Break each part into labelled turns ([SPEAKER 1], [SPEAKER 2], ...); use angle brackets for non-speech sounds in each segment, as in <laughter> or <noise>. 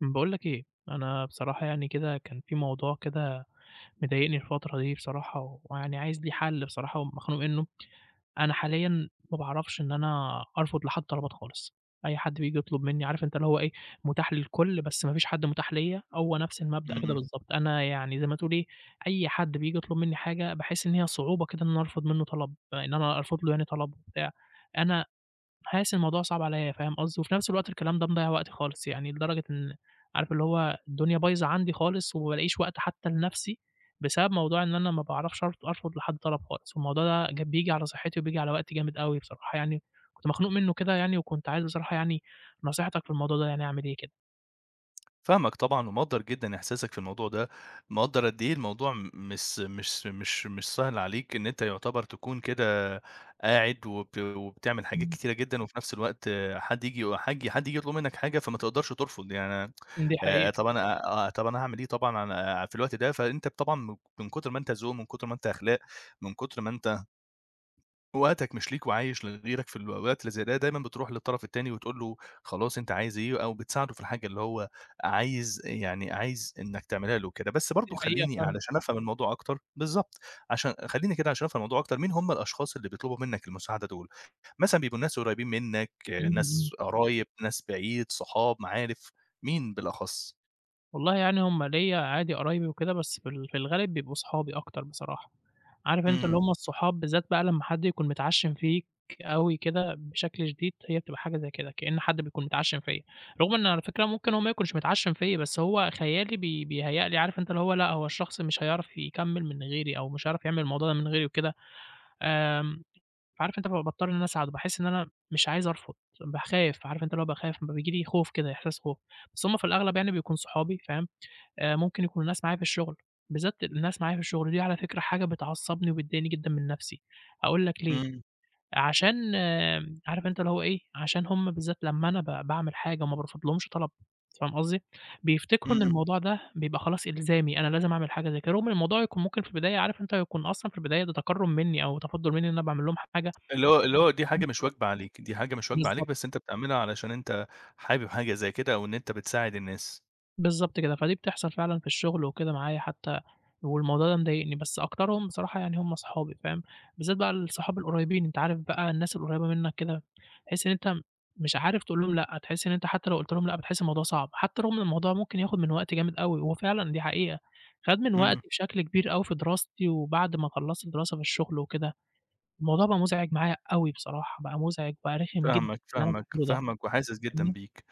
[SPEAKER 1] باقول لك إيه، أنا بصراحة يعني كده كان في موضوع كده مضايقني الفترة دي بصراحة، و- ويعني عايز ليه حل بصراحة ومخنوق منّه. أنا حاليًا ما باعرفش إن أنا أرفض لحد طلبات خالص، أي حد بييجي يطلب منّي عارف أنت اللي هو إيه، متاح للكل بس ما فيش حد متاح ليّا، هو نفس المبدأ كده
[SPEAKER 2] إمم،
[SPEAKER 1] بالضبط. أنا يعني زي ما تقول إيه، أي حد بييجي يطلب منّي حاجة باحس إن هي صعوبة كده إن أنا أرفض منّه طلب، إن أنا أرفض له يعني طلب وبتاع. أنا حاسس إن الموضوع صعب عليّا، فاهم قصدي، وفي نفس الوقت الكلام ده مضيّع وقتي خالص، يعني لدرجة إن عارف اللي هو الدنيا بايظة عندي خالص، وما بالاقيش وقت حتى لنفسي، بسبب موضوع إن أنا ما باعرفش أرفض لحد طلب خالص، والموضوع ده بييجي على صحتي وبييجي على وقتي جامد أوي بصراحة يعني، كنت مخنوق منه كده يعني، وكنت عايز بصراحة يعني نصيحتك في الموضوع ده يعني أعمل إيه كده؟
[SPEAKER 2] فاهمك طبعًا ومقدّر جدًا إحساسك في الموضوع ده. مقدّر قد إيه الموضوع مش سهل عليك إن أنت يعتبر تكون كده قاعد وبتعمل حاجات
[SPEAKER 1] إمم.
[SPEAKER 2] كتيرة جدًا، وفي نفس الوقت حد ييجي حد ييجي يطلب منك حاجة فما تقدرش ترفض يعني.
[SPEAKER 1] دي حقيقة،
[SPEAKER 2] طب أنا طب أنا هاعمل إيه؟ طبعًا أنا في الوقت ده، فأنت طبعًا من كتر ما أنت ذوق، من كتر ما أنت أخلاق، من كتر ما أنت وقتك مش ليك وعايش لغيرك في الوقت اللي زي ده، دايمًا بتروح للطرف التاني وتقول له خلاص أنت عايز إيه، أو بتساعده في الحاجة اللي هو عايز يعني عايز إنك تعملها له كده. بس
[SPEAKER 1] دي
[SPEAKER 2] برضه
[SPEAKER 1] حقيقة
[SPEAKER 2] خلّيني
[SPEAKER 1] فعلًا.
[SPEAKER 2] علشان أفهم الموضوع أكتر بالضبط، عشان خلّيني كده عشان أفهم الموضوع أكتر، مين هم الأشخاص اللي بيطلبوا منك المساعدة دول؟ مثلًا بيبقوا ناس قريبين منك، آه،
[SPEAKER 1] إمم، إمم.
[SPEAKER 2] ناس قرايب، ناس بعيد، صحاب، معارف، مين بالأخص؟
[SPEAKER 1] والله يعني هم ليّا عادي قرايبي وكده، بس في الغالب بيبقوا صحابي أكتر بصراحة. عارف أنت اللي
[SPEAKER 2] إمم،
[SPEAKER 1] إمم. هم الصحاب بالذات بقى لمّا حد يكون متعشِّم فيك أوي كده بشكل شديد، هي بتبقى حاجة زي كده، كأن حد بيكون متعشِّم فيّا، رغم إن على فكرة ممكن هو ما يكونش متعشِّم فيّا، بس هو خيالي بيهيأ لي عارف أنت اللي هو لأ، هو الشخص مش هيعرف يكمّل من غيري أو مش هيعرف يعمل الموضوع ده من غيري وكده، آمم، فعارف أنت فباضطر إن أنا أساعده، باحس إن أنا مش عايز أرفض، باخاف، عارف أنت اللي هو باخاف، بييجي لي خوف كده، إحساس خوف، بس هم في الأغلب يعني بيكون صحابي، فاهم؟ ممكن يكون الناس معايا في الشغل، بالذات الناس معايا في الشغل دي على فكرة حاجة بتعصّبني وبتضايقني جدًا من نَفْسي، هاقول لك ليه،
[SPEAKER 2] إمم،
[SPEAKER 1] عشان عارف أنت اللي هو إيه، عشان هم بالذات لمّا أنا باعمل حاجة وما بارفضلهمش طلب، فاهم قصدي، بيفتكروا إن
[SPEAKER 2] إمم،
[SPEAKER 1] الموضوع ده بيبقى خلاص إلزامي، أنا لازم أعمل حاجة زي كده، رغم إن الموضوع يكون ممكن في البداية عارف أنت يكون أصلًا في البداية ده تكرُّم منّي أو تفضُّل منّي إن أنا باعمل لهم حاجة
[SPEAKER 2] اللي هو دي حاجة مش واجبة
[SPEAKER 1] <unintelligible>
[SPEAKER 2] عليك، دي حاجة مش واجبة عليك،
[SPEAKER 1] بالضبط.
[SPEAKER 2] بس أنت بتعملها علشان أنت حابب حاجة زي كده أو إن أنت بتساعد الناس.
[SPEAKER 1] بالضبط كده، فدي بتحصل فعلًا في الشغل وكده معايا حتى، والموضوع ده مضايقني، بس أكترهم بصراحة يعني هم صحابي فاهم، بالذات بقى الصحاب القريبين، أنت عارف بقى الناس القريبة منك كده، تحس إن أنت مش عارف تقول لهم لأ، تحس إن أنت حتى لو قُلت لهم لأ بتحس الموضوع صعب، حتى رغم إن الموضوع ممكن ياخد من وقت جامد أوي، هو فعلًا دي حقيقة، خَد من
[SPEAKER 2] إمم،
[SPEAKER 1] وقتي بشكل كبير أوي في دراستي، وبعد ما خلّصت الدراسة في الشغل وكده، الموضوع بقى مزعج معايا أوي بصراحة، بقى مزعج بقى رخم جدًا
[SPEAKER 2] فاهمك،
[SPEAKER 1] اللي أنا
[SPEAKER 2] فاهمك،
[SPEAKER 1] باعمله ده،
[SPEAKER 2] فاهمك وحاسس جدًا
[SPEAKER 1] فاهمني؟
[SPEAKER 2] بيك.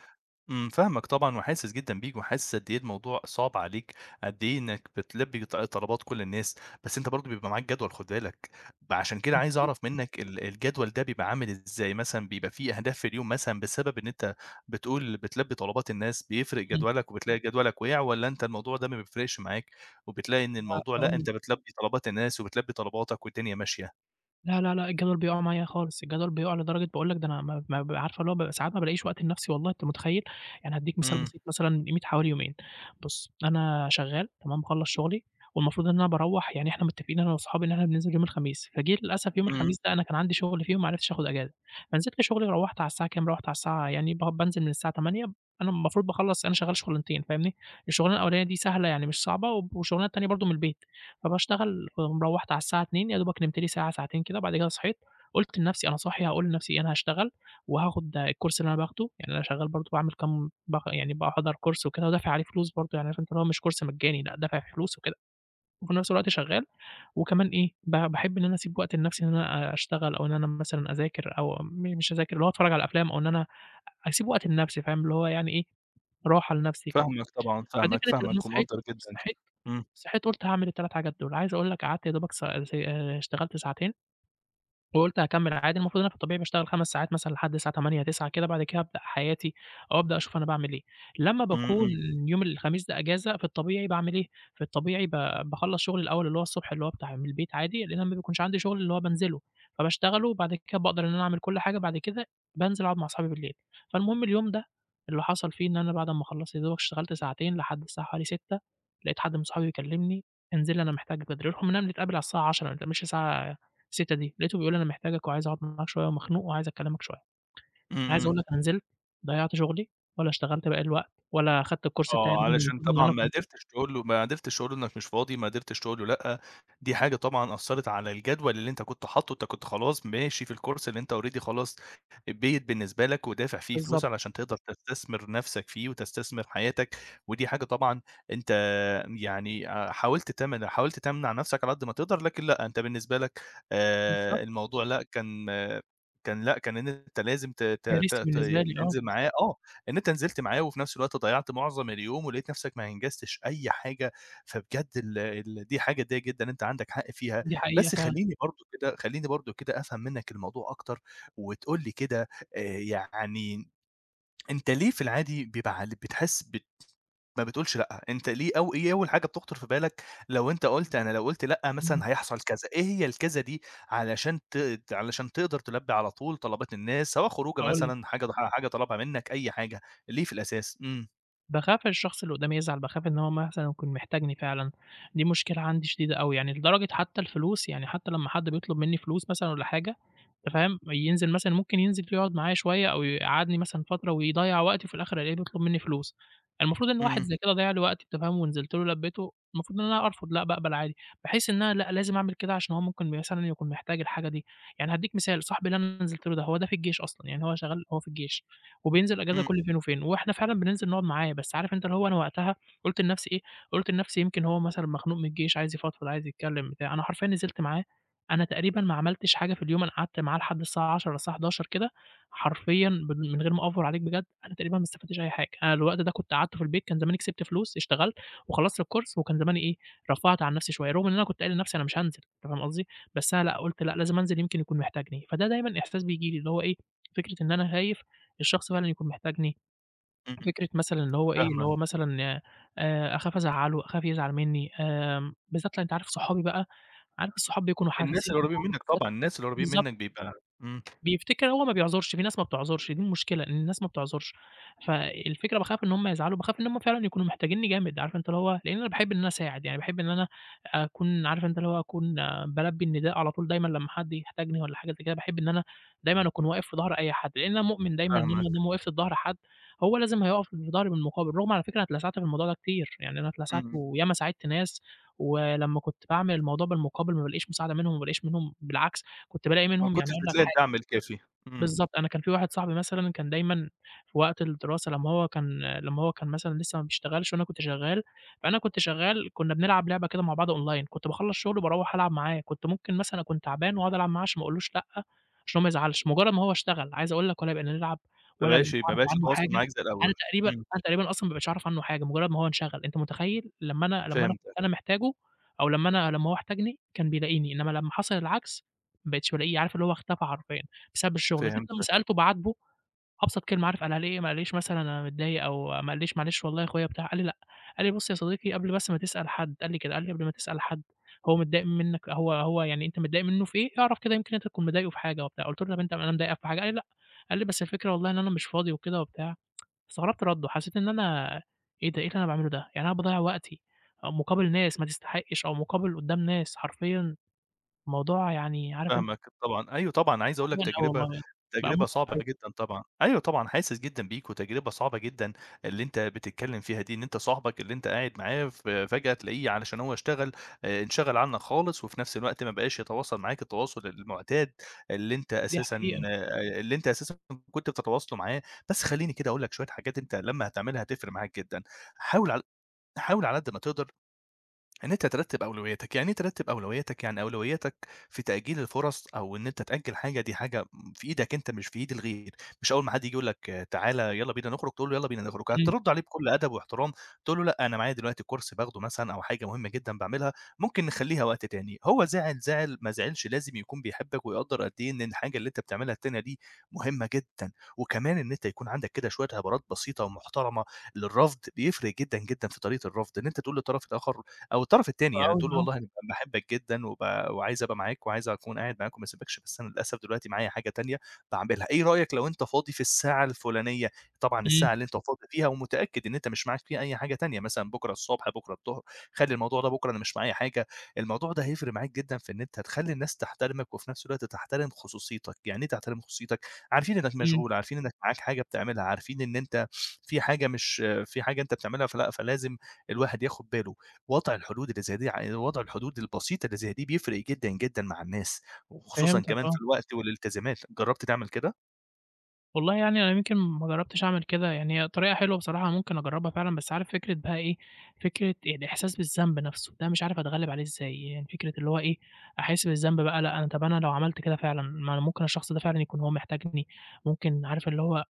[SPEAKER 2] إمم، فاهمك طبعًا وحاسس جدًا بيك، وحاسس قد إيه الموضوع صعب عليك، قد إيه إنك بتلبي طلبات كل الناس، بس أنت برضه بيبقى معاك جدول، خُد بالك. فعشان
[SPEAKER 1] دي
[SPEAKER 2] كده عايز أعرف
[SPEAKER 1] حقيقة،
[SPEAKER 2] منك الجدول ده بيبقى عامل إزاي؟ مثلًا بيبقى في أهداف في اليوم مثلًا بسبب إن أنت بتقول بتلبي طلبات الناس، بيفرق
[SPEAKER 1] إمم،
[SPEAKER 2] جدولك وبتلاقي جدولك وقع، والّا أنت الموضوع ده ما بيفرقش معاك، وبتلاقي إن
[SPEAKER 1] ما
[SPEAKER 2] الموضوع لأ
[SPEAKER 1] هاقول لك.
[SPEAKER 2] أنت بتلبي طلبات الناس وبتلبي طلباتك والدنيا ماشية؟
[SPEAKER 1] لا، لا، لأ، الجدول بيقع معايا خالص، الجدول بيقع لدرجة باقول لك ده أنا ما عارفة اللي هو بابقى ساعات ما بالاقيش وقت لنفسي والله، أنت متخيّل؟ يعني هادّيك مثال
[SPEAKER 2] إمم،
[SPEAKER 1] بسيط مثلًا قيمة حوالي يومين، بُص أنا شغّال تمام، باخلّص شغلي والمفروض إن أنا باروّح يعني إحنا متّفقين أنا وأصحابي إن إحنا بننزل يوم الخميس، فجِه للأسف يوم
[SPEAKER 2] إمم،
[SPEAKER 1] الخميس ده أنا كان عندي شغل فيه وما عرفتش آخُد إجازة، فنزلت شغلي روّحت على الساعة كام، روّحت على الساعة يعني بانزل من الساعة 08:00. أنا المفروض باخلّص أنا شغّال شغلانتين فاهمني، الشغلانة الأولانية دي سهلة يعني مش صعبة وب والشغلانة التانية برضه من البيت. فباشتغل وروّحت على الساعة 14:00 يا دوبك نمت لي ساعة، ساعتين كده، وبعد كده صحيت، قُلت لنفسي أنا صاحي هاقول لنفسي أنا هاشتغل وهاخد الكورس اللي أنا باخده، يعني أنا شغّال برضه باعمل كام يعني باحضر كورس وكده ودافع عليه فلوس برضه، يعني عارف أنت اللي هو مش كورس مجاني لأ، دافع فيه فلوس وكده، وفي نفس الوقت شغّال، وكمان إيه، باحب إن أنا أسيب وقت لنفسي إن أنا أشتغل أو إن أنا مثلًا أذاكر أو مش أذاكر، اللي هو أتفرّج على أفلام أو إن أنا أسيب وقت لنفسي فاهم، اللي هو يعني إيه، راحة لنفسي كده.
[SPEAKER 2] فاهمك طبعًا،
[SPEAKER 1] فدي
[SPEAKER 2] فاهمك،
[SPEAKER 1] كانت أنا
[SPEAKER 2] فاهمك
[SPEAKER 1] صحيت
[SPEAKER 2] ومقدّر جدًا كده.
[SPEAKER 1] صحيت
[SPEAKER 2] إمم،
[SPEAKER 1] قُلت هاعمل ال3 حاجات دول، عايز أقول لك قعدت يا دوبك س س اشتغلت ساعتين وقُلت هاكمّل عادي، المفروض إن أنا في الطبيعي باشتغل 5 ساعات مثلًا لحد الساعة 20:00، 21:00 كده، بعد كده أبدأ حياتي أو أبدأ أشوف أنا باعمل إيه. لمّا
[SPEAKER 2] إمم،
[SPEAKER 1] باكون
[SPEAKER 2] إمم،
[SPEAKER 1] يوم الخميس ده إجازة، في الطبيعي باعمل إيه، في الطبيعي باخلّص شغلي الأول اللي هو الصبح اللي هو بتاع من البيت عادي، لإن أنا ما بيكونش عندي شغل اللي هو بانزله، فباشتغله وبعد كده باقدر إن أنا أعمل كل حاجة، بعد كده بانزل أقعد مع أصحابي بالليل. فالمهم اليوم ده اللي حصل فيه إن أنا بعد أمّا خلّصت يا دوبك اشتغلت ساعتين لحد الساعة حوالي 18:00، لقيت حد من صحابي بيكلّمني: "انزل لي أنا محتاج بدري." رغم إننا بنتقابل على الساعة 22:00، ما بنتقابلش الساعة الستّة دي، لقيته بيقول لي أنا محتاجك وعايز أقعد معاك شوية ومخنوق وعايز أكلّمك شوية،
[SPEAKER 2] إمم،
[SPEAKER 1] أنا عايز
[SPEAKER 2] إمم.
[SPEAKER 1] أقول لك أنا نزلت ضيّعت شغلي ولا اشتغلت باقي الوقت ولا خدت الcourse بتاعي
[SPEAKER 2] آه،
[SPEAKER 1] رغم
[SPEAKER 2] علشان
[SPEAKER 1] المفروض إن
[SPEAKER 2] طبعًا
[SPEAKER 1] أنا كنت
[SPEAKER 2] ما قدرتش تقول له إنك مش فاضي، ما قدرتش تقول له لأ. دي حاجة طبعًا أثّرت على الجدول اللي أنت كنت حاطّه، أنت كنت خلاص ماشي في الcourse اللي أنت already خلاص بيِّت بالنسبة لك ودافع فيه فلوس
[SPEAKER 1] بالضبط،
[SPEAKER 2] علشان تقدر تستثمر نَفْسك فيه وتستثمر حياتك. ودي حاجة طبعًا أنت يعني، حاولت تمنع نَفْسك على قد ما تقدر، لكن لأ، أنت بالنسبة لك
[SPEAKER 1] بالضبط،
[SPEAKER 2] الموضوع لأ، كان إن أنت لازم ت ت ت
[SPEAKER 1] كارثي
[SPEAKER 2] ت
[SPEAKER 1] بالنسبة لي آه،
[SPEAKER 2] تنزل معاه آه، إن أنت نزلت معاه وفي نفس الوقت ضيّعت معظم اليوم ولقيت نفسك ما أنجزتش أي حاجة. فبجد ال ال دي حاجة تضايق جدًا أنت عندك حق فيها.
[SPEAKER 1] دي حقيقة
[SPEAKER 2] بس
[SPEAKER 1] فعلًا،
[SPEAKER 2] خلّيني برضه كده أفهم منّك الموضوع أكتر وتقول لي كده، يعني أنت ليه في العادي بيبقى بتحس ب ما بتقولش لأ؟ أنت ليه، أو إيه أول حاجة بتخطر في بالك لو أنت قُلت أنا لو قُلت لأ
[SPEAKER 1] إمم،
[SPEAKER 2] مثلًا هيحصل كذا، إيه هي الكذا دي علشان علشان تقدر تلبّي على طول طلبات الناس، سواء خروجة
[SPEAKER 1] هاقول لك،
[SPEAKER 2] مثلًا حاجة حاجة طلبها منك أي حاجة، ليه في الأساس؟ إمم،
[SPEAKER 1] باخاف الشخص اللي قدّامي يزعل، باخاف إن هو مثلًا يكون محتاجني فعلًا، دي مشكلة عندي شديدة أوي، يعني لدرجة حتى الفلوس، يعني حتى لمّا حد بيطلب منّي فلوس مثلًا والّا حاجة أنت فاهم؟ ينزل مثلًا ممكن ينزل يقعد معايا شوية أو يقعدني مثلًا فترة ويضيّع وقتي وفي الآخر ألاقيه بيطلب منّي فلوس. المفروض إن واحد
[SPEAKER 2] إمم،
[SPEAKER 1] زي كده ضيّع لي وقتي أنت فاهم، ونزلت له لبّيته، المفروض إن أنا أرفض، لأ باقبل عادي. باحس إن أنا لأ، لازم أعمل كده عشان هو ممكن مثلًا يكون محتاج الحاجة دي. يعني هادّيك مثال، صاحبي اللي أنا نزلت له ده، هو ده في الجيش أصلًا، يعني هو شغال هو في الجيش وبينزل أجازة
[SPEAKER 2] إمم،
[SPEAKER 1] كل فين وفين، وإحنا فعلًا بننزل نقعد معاه، بس عارف أنت اللي هو أنا وقتها قُلت لنفسي إيه، قُلت لنفسي يمكن هو مثلًا مخنوق من الجيش، عايز يفضفض، عايز يتكلّم بتاع، أنا حرفيًا نزلت معاه أنا تقريبًا ما عملتش حاجة في اليوم، أنا قعدت معاه لحد الساعة 22:00 الساعة 23:00 كده، حرفيًا من غير ما أوفّر عليك بجد، أنا تقريبًا ما استفدتش أي حاجة، أنا لو الوقت ده كنت قعدته في البيت كان زماني كسبت فلوس، اشتغلت وخلصت الكورس، وكان زماني إيه، رفّهت عن نفسي شوية، رغم إن أنا كنت قايل لنفسي أنا مش هانزل، أنت فاهم قصدي؟ بس أنا لأ، قُلت لأ، لازم أنزل يمكن يكون محتاجني، فده دايمًا إحساس بييجي لي، اللي هو إيه، فكرة إن أنا خايف الشخص فعلًا يكون محتاجني،
[SPEAKER 2] إمم،
[SPEAKER 1] فكرة مثلًا اللي هو إيه، اللي
[SPEAKER 2] فاهمك.
[SPEAKER 1] هو مثلًا أخاف أزعّله، أخاف يزعل منّي، بالذات لأ أنت عارف صحابي بقى، عارف الصحاب بيكونوا
[SPEAKER 2] الناس
[SPEAKER 1] حساسين
[SPEAKER 2] القريبين
[SPEAKER 1] لبعض
[SPEAKER 2] منك
[SPEAKER 1] بالذات
[SPEAKER 2] طبعًا، الناس القريبين منك
[SPEAKER 1] بالضبط.
[SPEAKER 2] بيبقى إمم،
[SPEAKER 1] بيفتكر هو ما بيعذرش، في ناس ما بتعذرش، دي المشكلة إن الناس ما بتعذرش، فالفكرة باخاف إن هُم يزعلوا، باخاف إن هُم فعلًا يكونوا محتاجينّي جامد، عارف أنت اللي هو لإن أنا باحب إن أنا أساعد، يعني باحب إن أنا أكون عارف أنت اللي هو أكون بالبّي النداء على طول دايمًا لمّا حد يحتاجني والّا حاجة زي كده، باحب إن أنا دايمًا أكون واقف في ضهر أي حد، لإن أنا مؤمن دايمًا إن أنا ما
[SPEAKER 2] فاهمك،
[SPEAKER 1] دام وقفت في ضهر حد هو لازم هيقف في ضهري بالمقابل، رغم على فكرة أنا اتلسعت في الموضوع ده كتير، يعني أنا اتلسعت
[SPEAKER 2] إمم،
[SPEAKER 1] وياما ساعدت ناس، ولمّا كنت باعمل الموضوع بالمقابل ما بالاقيش مساعدة منهم، ما بالاقيش منهم بالعكس كنت بالاقي
[SPEAKER 2] ما
[SPEAKER 1] منهم يعني
[SPEAKER 2] كنتش
[SPEAKER 1] أقول لك
[SPEAKER 2] بتلاقي الدعم الكافي، إمم،
[SPEAKER 1] بالضبط، أنا كان في واحد صاحبي مثلًا كان دايمًا في وقت الدراسة لمّا هو كان مثلًا لسه ما بيشتغلش وأنا كنت شغّال، فأنا كنت شغّال كنا بنلعب لعبة كده مع بعض أونلاين، كنت باخلّص شغل وباروّح ألعب معاه، كنت ممكن مثلًا أكون تعبان وأقعد ألعب معاه عشان ما أقولوش لأ، عشان هو ما يزعلش، مجرّد ما هو اشتغل عايز أقول لك ولا بقينا نلعب
[SPEAKER 2] ما
[SPEAKER 1] ولا بقيت
[SPEAKER 2] بقاش ما
[SPEAKER 1] أعرف
[SPEAKER 2] بقاش
[SPEAKER 1] عنه
[SPEAKER 2] يتواصل
[SPEAKER 1] حاجة،
[SPEAKER 2] معاك زي
[SPEAKER 1] أنا
[SPEAKER 2] الأول،
[SPEAKER 1] تقريبًا
[SPEAKER 2] إمم،
[SPEAKER 1] أنا تقريبًا أصلًا ما بقيتش أعرف عنه حاجة، مجرّد ما هو انشغل، أنت متخيّل؟ لمّا أنا كنت
[SPEAKER 2] فهمتك،
[SPEAKER 1] أنا محتاجه أو لمّا هو احتاجني كان بيلاقيني، إنّما لمّا حصل العكس ما بقيتش بالاقيه، عارف اللي هو اختفى حرفيًا. بسبب الشغل، جيت لمّا
[SPEAKER 2] فهمتك.
[SPEAKER 1] سألته باعاتبه أبسط كلمة عارف قالها لي إيه، ما قاليش مثلًا أنا متضايق أو ما قاليش معلش والله يا أخويا بتاع، قال لي: "لأ." قال لي: "بُص يا صديقي قبل بس ما تسأل حد" قال لي كده، قال لي: "قبل ما تسأل حد هو متضايق منّك هو يعني أنت متضايق منّه في إيه، اعرف كده يمكن أنت تكون مضايقه في حاجة." وبتاع، قُلت له: "طب أنت أنا مضايقك في حاجة؟" قال لي: "لأ." قال لي: "بس الفكرة والله إن أنا مش فاضي وكده وبتاع." استغربت رَدُّه، حسّيت إن أنا إيه ده، إيه اللي أنا باعمله ده، يعني أنا باضيّع وقتي أو مقابل ناس ما تستحقش أو مقابل قدّام ناس، حرفيًا الموضوع يعني عارف أنت
[SPEAKER 2] فاهمك طبعًا، أيوه طبعًا، عايز أقول لك
[SPEAKER 1] تعبان أوي
[SPEAKER 2] تجربة،
[SPEAKER 1] والله، بقى
[SPEAKER 2] تجربة
[SPEAKER 1] مُتعب
[SPEAKER 2] صعبة
[SPEAKER 1] أوي،
[SPEAKER 2] جدًا طبعًا، أيوه طبعًا، حاسس جدًا بيك وتجربة صعبة جدًا اللي أنت بتتكلم فيها دي، إن أنت صاحبك اللي أنت قاعد معاه ف فجأة تلاقيه علشان هو اشتغل، انشغل عنك خالص، وفي نفس الوقت ما بقاش يتواصل معاك التواصل المعتاد اللي أنت
[SPEAKER 1] دي
[SPEAKER 2] أساسًا
[SPEAKER 1] حقيقة.
[SPEAKER 2] آه، اللي أنت أساسًا كنت بتتواصله معاه. بس خلّيني كده أقول لك شوية حاجات أنت لمّا هتعملها هتفرق معاك جدًا. حاول على حاول على قد ما تقدر إن أنت ترتّب أولوياتك. يعني إيه ترتّب أولوياتك؟ يعني أولوياتك في تأجيل الفُرَص أو إن أنت تأجّل حاجة، دي حاجة م في إيدك أنت مش في إيد الغير. مش أول ما حد ييجي يقول لك تعالَ يالّا بينا نخرج، تقول له يالّا بينا نخرج،
[SPEAKER 1] إمم،
[SPEAKER 2] هترُد عليه بكل أدب واحترام، تقول له لأ أنا معايا دلوقتي كورس باخده مثلًا أو حاجة مهمة جدًا باعملها، ممكن نخلّيها وقت تاني. هو زعل زعل، ما زعلش لازم يكون بيحبك ويقدّر قد إيه إن الحاجة اللي أنت بتعملها التانية دي مهمة جدًا. وكمان إن أنت يكون عندك كده شوية عبارات بسيطة ومحترمة للرفض، بيفرق جدًا، جدًا في طريقة الرفض، إن أنت تقول للطرف الآخر أو الطرف التاني،
[SPEAKER 1] حلو
[SPEAKER 2] يعني
[SPEAKER 1] أوي
[SPEAKER 2] تقول له
[SPEAKER 1] آه،
[SPEAKER 2] والله أنا باحبك جدًا وعايز أبقى معاك وعايز أكون قاعد معاك وما أسيبكش، بس أنا للأسف دلوقتي معايا حاجة تانية باعملها، إيه رأيك لو أنت فاضي في الساعة الفلانية؟ طبعًا
[SPEAKER 1] إمم،
[SPEAKER 2] الساعة اللي أنت فاضي فيها ومتأكد إن أنت مش معاك فيها أي حاجة تانية، مثلًا بكرة الصبح، بكرة الضهر، خلّي الموضوع ده بكرة أنا مش معايا حاجة. الموضوع ده هيفرق معاك جدًا في إن أنت تخلّي الناس تحترمك وفي نفس الوقت تحترم خصوصيتك. يعني إيه تحترم خصوصيتك؟ عارفين إنك
[SPEAKER 1] إمم،
[SPEAKER 2] مشغول، عارفين إنك معاك حاجة بتعملها، عارفين إن أنت في حاجة مش في حاجة أنت بتعملها فلازم الواحد ياخد باله. وضع الحدود البسيطة اللي زي دي بيفرق جدًا، جدًا مع الناس، وخصوصًا
[SPEAKER 1] فهمتك
[SPEAKER 2] كمان
[SPEAKER 1] آه،
[SPEAKER 2] في الوقت والالتزامات. جرّبت تعمل كده؟
[SPEAKER 1] والله يعني أنا يمكن ما جرّبتش أعمل كده، يعني هي طريقة حلوة بصراحة ممكن أجرّبها فعلًا، بس عارف فكرة بقى إيه، فكرة الإحساس بالذنب نَفْسه، ده مش عارف أتغلّب عليه إزاي، يعني فكرة اللي هو إيه، أحس بالذنب بقى لأ أنا طَب أنا لو عملت كده فعلًا، ما أنا ممكن الشخص ده فعلًا يكون هو محتاجني، ممكن عارف اللي هو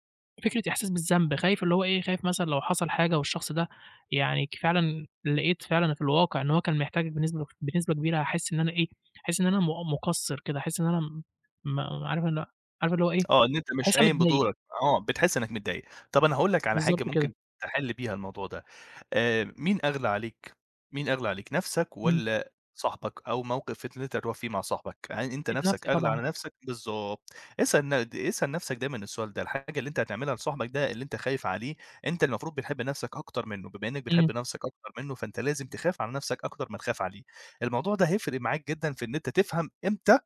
[SPEAKER 1] فكرة إحساس بالذنب، خايف اللي هو إيه، خايف مثلًا لو حصل حاجة والشخص ده يعني فعلًا لقيت فعلًا في الواقع إن هو كان محتاجك بنسبة كبيرة، هاحس إن أنا إيه، هاحس إن أنا مُقصّر كده، هاحس إن أنا م م عارف إن عارف اللي هو إيه،
[SPEAKER 2] آه، إن أنت مش
[SPEAKER 1] هاحس أنا
[SPEAKER 2] قايم
[SPEAKER 1] متضايق،
[SPEAKER 2] بدورك، آه، بتحس إنك متضايق. طَب أنا هاقول لك على
[SPEAKER 1] بالضبط
[SPEAKER 2] حاجة
[SPEAKER 1] كده،
[SPEAKER 2] ممكن تحل بيها الموضوع ده. آآ، مين أغلى عليك، مين أغلى عليك، نَفْسك
[SPEAKER 1] إمم،
[SPEAKER 2] والّا صاحبك أو موقف اللي أنت هتروح فيه مع صاحبك؟ يعني أنت
[SPEAKER 1] نسيت
[SPEAKER 2] نَفْسك
[SPEAKER 1] نفسي
[SPEAKER 2] أغلى
[SPEAKER 1] طبعًا،
[SPEAKER 2] على نَفْسك بالضبط. اسأل نَفْسك دايمًا السؤال ده، الحاجة اللي أنت هتعملها لصاحبك ده اللي أنت خايف عليه، أنت المفروض بتحب نَفْسك أكتر منّه، بما إنّك
[SPEAKER 1] إمم،
[SPEAKER 2] بتحب نَفْسك أكتر منّه، فأنت لازم تخاف على نَفْسك أكتر ما تخاف عليه. الموضوع ده هيفرق معاك جدًا في إن أنت تفهم إمتى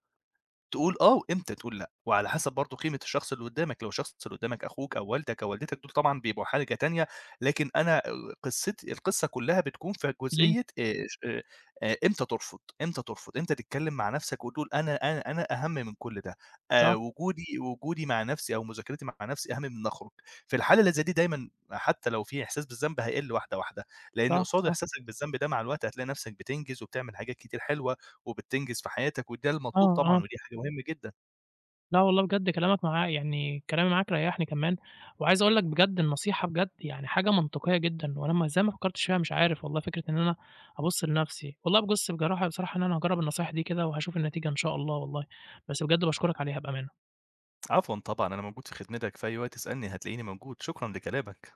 [SPEAKER 2] تقول آه وإمتى تقول لأ، وعلى حسب برضه قيمة الشخص اللي قدّامك، لو الشخص اللي قدّامك أخوك أو والدك أو والدتك دول طبعًا بيبقوا حاجة تانية. لكن أنا قصتي، القصة كلّها بتكون في
[SPEAKER 1] إمم،
[SPEAKER 2] جزئية ش إمتى ترفض، إمتى تتكلّم مع نَفْسك وتقول أنا أهَم من كل ده.
[SPEAKER 1] صح،
[SPEAKER 2] وجودي مع نَفْسي أو مذاكرتي مع نَفْسي أهَم من إن أخرج. في الحالة اللي زي دي دايمًا حتّى لو في إحساس بالذنب هيقِل واحدة، واحدة، لإن
[SPEAKER 1] صح،
[SPEAKER 2] قصاد
[SPEAKER 1] صح،
[SPEAKER 2] إحساسك بالذنب ده مع الوقت هتلاقي نَفْسك بتنجز وبتعمل حاجات كتير حلوة وبتنجز في حياتك وده المطلوب
[SPEAKER 1] آه، آه.
[SPEAKER 2] طبعًا ودي حاجة مهمة جدًا.
[SPEAKER 1] لا والله بجد كلامك معاه يعني كلامي معاك ريّحني كمان، وعايز أقول لك بجد النصيحة بجد يعني حاجة منطقية جدًا، وأنا ما إزاي ما فكّرتش فيها مش عارف والله فكرة إن أنا أبُص لنفسي، والله بُص بصراحة إن أنا هاجرّب النصايح دي كده وهاشوف النتيجة إن شاء الله والله، بس بجد باشكرك عليها بأمانة.
[SPEAKER 2] عفوًا طبعًا، أنا موجود في خدمتك في أي وقت، اسألني هتلاقيني موجود. شكرًا لكلامك.